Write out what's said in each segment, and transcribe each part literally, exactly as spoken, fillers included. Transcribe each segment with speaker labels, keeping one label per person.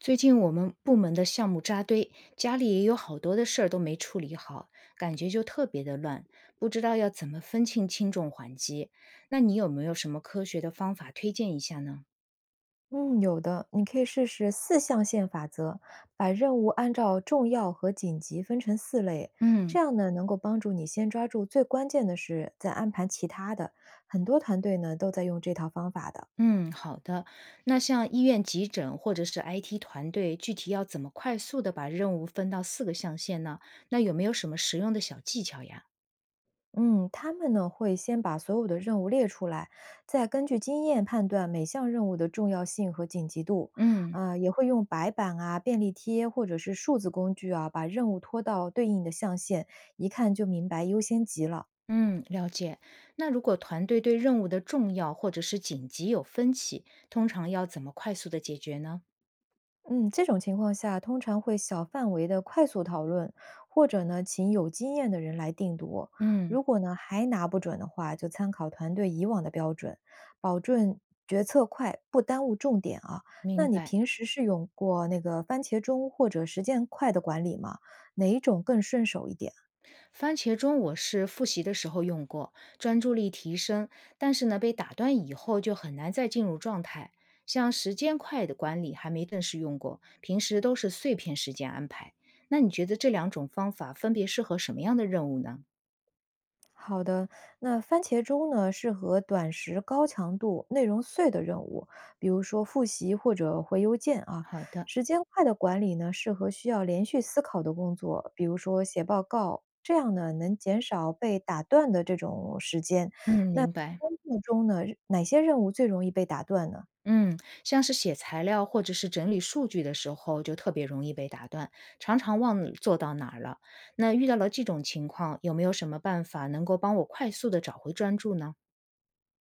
Speaker 1: 最近我们部门的项目扎堆，家里也有好多的事儿都没处理好，感觉就特别的乱，不知道要怎么分清轻重缓急。那你有没有什么科学的方法推荐一下呢？
Speaker 2: 嗯，有的，你可以试试四象限法则，把任务按照重要和紧急分成四类，这
Speaker 1: 嗯
Speaker 2: 样呢能够帮助你先抓住最关键的事，再安排其他的。很多团队呢都在用这套方法的。
Speaker 1: 嗯，好的。那像医院急诊或者是 I T 团队，具体要怎么快速的把任务分到四个象限呢？那有没有什么实用的小技巧呀？
Speaker 2: 嗯，他们呢会先把所有的任务列出来，再根据经验判断每项任务的重要性和紧急度。
Speaker 1: 嗯。
Speaker 2: 啊，也会用白板啊、便利贴或者是数字工具啊，把任务拖到对应的象限，一看就明白优先级了。
Speaker 1: 嗯，了解。那如果团队对任务的重要或者是紧急有分歧，通常要怎么快速的解决呢？
Speaker 2: 嗯，这种情况下，通常会小范围的快速讨论，或者呢，请有经验的人来定夺。
Speaker 1: 嗯，
Speaker 2: 如果呢还拿不准的话，就参考团队以往的标准，保证决策快，不耽误重点啊。那
Speaker 1: 明
Speaker 2: 你
Speaker 1: 白。
Speaker 2: 平时是用过那个番茄钟或者实践快的管理吗？哪一种更顺手一点？
Speaker 1: 番茄钟我是复习的时候用过，专注力提升，但是呢，被打断以后就很难再进入状态。像时间块的管理还没正式用过，平时都是碎片时间安排。那你觉得这两种方法分别适合什么样的任务呢？
Speaker 2: 好的，那番茄钟呢，适合短时、高强度、内容碎的任务，比如说复习或者回邮件啊。
Speaker 1: 好的，
Speaker 2: 时间快的管理呢，适合需要连续思考的工作，比如说写报告，这样呢能减少被打断的这种时间。
Speaker 1: 嗯，
Speaker 2: 那
Speaker 1: 明白。
Speaker 2: 工作中呢，哪些任务最容易被打断呢？
Speaker 1: 嗯，像是写材料或者是整理数据的时候，就特别容易被打断，常常忘了做到哪儿了。那遇到了这种情况，有没有什么办法能够帮我快速的找回专注呢？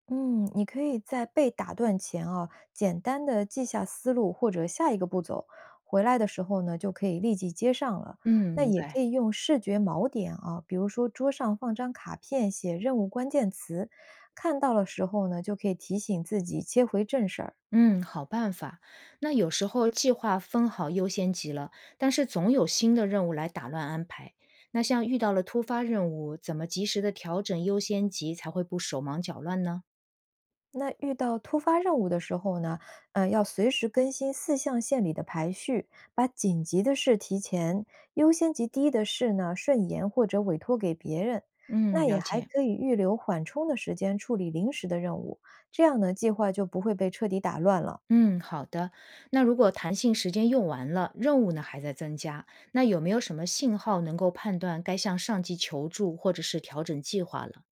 Speaker 2: 嗯，你可以在被打断前啊，简单的记下思路或者下一个步骤，回来的时候呢，就可以立即接上了。
Speaker 1: 嗯，
Speaker 2: 那
Speaker 1: 明
Speaker 2: 也可
Speaker 1: 白。
Speaker 2: 以用视觉锚点啊，比如说桌上放张卡片，写任务关键词，看到了时候呢，就可以提醒自己切回正事儿。
Speaker 1: 嗯，好办法。那有时候计划分好优先级了，但是总有新的任务来打乱安排。那像遇到了突发任务，怎么及时的调整优先级，才会不手忙脚乱呢？
Speaker 2: 那遇到突发任务的时候呢，呃，要随时更新四象限里的排序，把紧急的事提前，优先级低的事呢顺延或者委托给别人。
Speaker 1: 嗯，
Speaker 2: 那也
Speaker 1: 了
Speaker 2: 还
Speaker 1: 解。
Speaker 2: 可以预留缓冲的时间处理临时的任务，这样呢，计划就不会被彻底打乱了。
Speaker 1: 嗯，好的。那如果弹性时间用完了，任务呢还在增加，那有没有什么信号能够判断该向上级求助或者是调整计划了？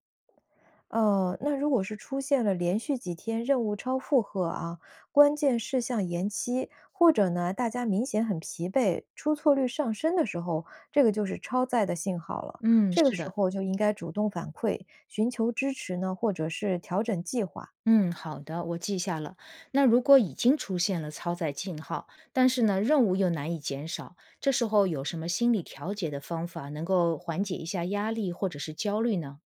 Speaker 2: 呃，那如果是出现了连续几天任务超负荷啊，关键事项延期，或者呢，大家明显很疲惫，出错率上升的时候，这个就是超载的信号了。
Speaker 1: 嗯，
Speaker 2: 这个
Speaker 1: 是
Speaker 2: 时
Speaker 1: 的。
Speaker 2: 候就应该主动反馈，寻求支持呢，或者是调整计划。
Speaker 1: 嗯，好的，我记下了。那如果已经出现了超载信号，但是呢，任务又难以减少，这时候有什么心理调节的方法能够缓解一下压力或者是焦虑呢？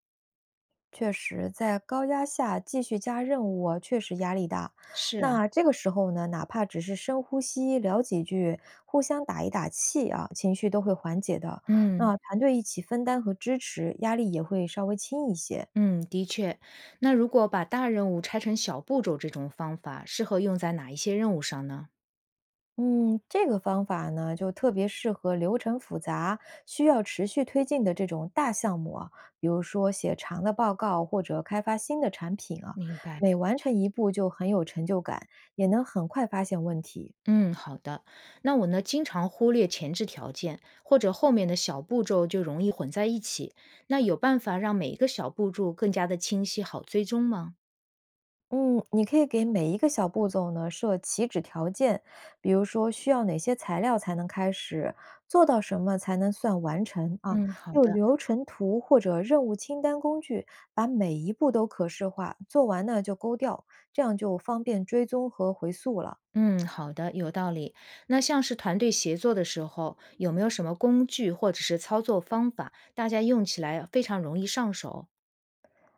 Speaker 2: 确实，在高压下继续加任务啊，确实压力大。
Speaker 1: 是啊，
Speaker 2: 那这个时候呢，哪怕只是深呼吸，聊几句，互相打一打气啊，情绪都会缓解的。
Speaker 1: 嗯。
Speaker 2: 那团队一起分担和支持，压力也会稍微轻一些。
Speaker 1: 嗯，的确。那如果把大任务拆成小步骤，这种方法适合用在哪一些任务上呢？
Speaker 2: 嗯，这个方法呢，就特别适合流程复杂、需要持续推进的这种大项目啊，比如说写长的报告或者开发新的产品啊，
Speaker 1: 明白。
Speaker 2: 每完成一步就很有成就感，也能很快发现问题。
Speaker 1: 嗯，好的。那我呢，经常忽略前置条件，或者后面的小步骤就容易混在一起。那有办法让每一个小步骤更加的清晰，好追踪吗？
Speaker 2: 嗯，你可以给每一个小步骤呢设起止条件，比如说需要哪些材料才能开始，做到什么才能算完成啊？
Speaker 1: 嗯，好
Speaker 2: 用
Speaker 1: 的。
Speaker 2: 流程图或者任务清单工具，把每一步都可视化，做完呢就勾掉，这样就方便追踪和回溯了。
Speaker 1: 嗯，好的，有道理。那像是团队协作的时候，有没有什么工具或者是操作方法，大家用起来非常容易上手？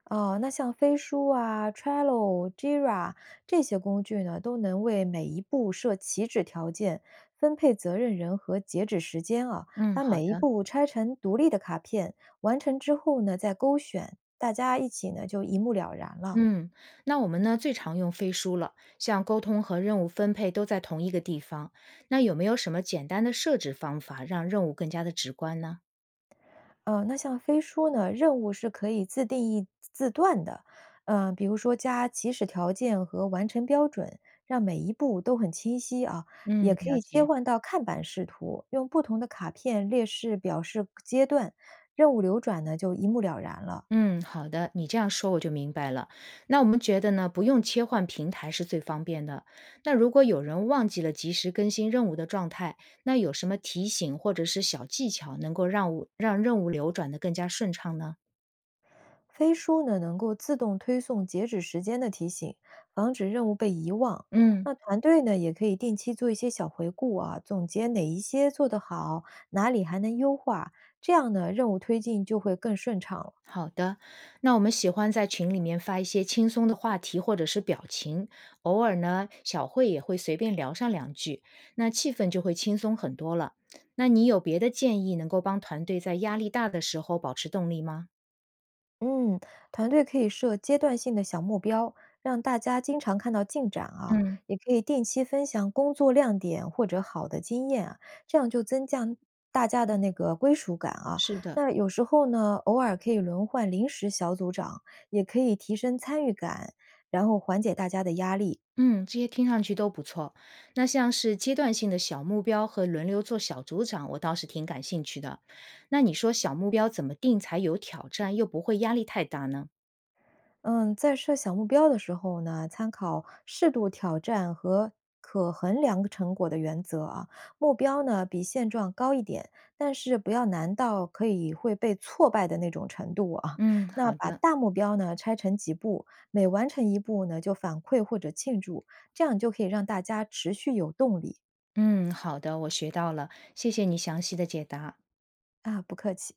Speaker 2: 哦，那像飞书啊、Trello、Jira 这些工具呢，都能为每一步设起止条件、分配责任人和截止时间啊，
Speaker 1: 嗯，
Speaker 2: 把
Speaker 1: 好
Speaker 2: 每一
Speaker 1: 的。
Speaker 2: 步拆成独立的卡片，完成之后呢，再勾选，大家一起呢就一目了然了。
Speaker 1: 嗯，那我们呢最常用飞书了，像沟通和任务分配都在同一个地方。那有没有什么简单的设置方法，让任务更加的直观呢？
Speaker 2: 呃，那像飞书呢，任务是可以自定义字段的，呃，比如说加起始条件和完成标准，让每一步都很清晰啊。也
Speaker 1: 嗯，
Speaker 2: 可
Speaker 1: 了
Speaker 2: 以切
Speaker 1: 解。
Speaker 2: 换到看板视图，用不同的卡片列示表示阶段，任务流转呢就一目了然了。
Speaker 1: 嗯，好的，你这样说我就明白了。那我们觉得呢，不用切换平台是最方便的。那如果有人忘记了及时更新任务的状态，那有什么提醒或者是小技巧能够让务让任务流转的更加顺畅呢？
Speaker 2: 飞书呢能够自动推送截止时间的提醒，防止任务被遗忘。
Speaker 1: 嗯。
Speaker 2: 那团队呢也可以定期做一些小回顾啊，总结哪一些做得好，哪里还能优化，这样呢任务推进就会更顺畅了。
Speaker 1: 好的，那我们喜欢在群里面发一些轻松的话题或者是表情，偶尔呢，小慧也会随便聊上两句，那气氛就会轻松很多了。那你有别的建议能够帮团队在压力大的时候保持动力吗？
Speaker 2: 嗯，团队可以设阶段性的小目标，让大家经常看到进展啊，
Speaker 1: 嗯，
Speaker 2: 也可以定期分享工作亮点或者好的经验啊，这样就增加大家的那个归属感啊。
Speaker 1: 是的，
Speaker 2: 那有时候呢，偶尔可以轮换临时小组长，也可以提升参与感，然后缓解大家的压力。
Speaker 1: 嗯，这些听上去都不错。那像是阶段性的小目标和轮流做小组长，我倒是挺感兴趣的。那你说小目标怎么定才有挑战，又不会压力太大呢？
Speaker 2: 嗯，在设小目标的时候呢，参考适度挑战和可衡量成果的原则啊。目标呢比现状高一点，但是不要难到可以会被挫败的那种程度啊。
Speaker 1: 嗯，
Speaker 2: 那
Speaker 1: 好
Speaker 2: 把
Speaker 1: 的。
Speaker 2: 大目标呢拆成几步，每完成一步呢就反馈或者庆祝，这样就可以让大家持续有动力
Speaker 1: 嗯，好的，我学到了，谢谢你详细的解答。
Speaker 2: 啊。不客气。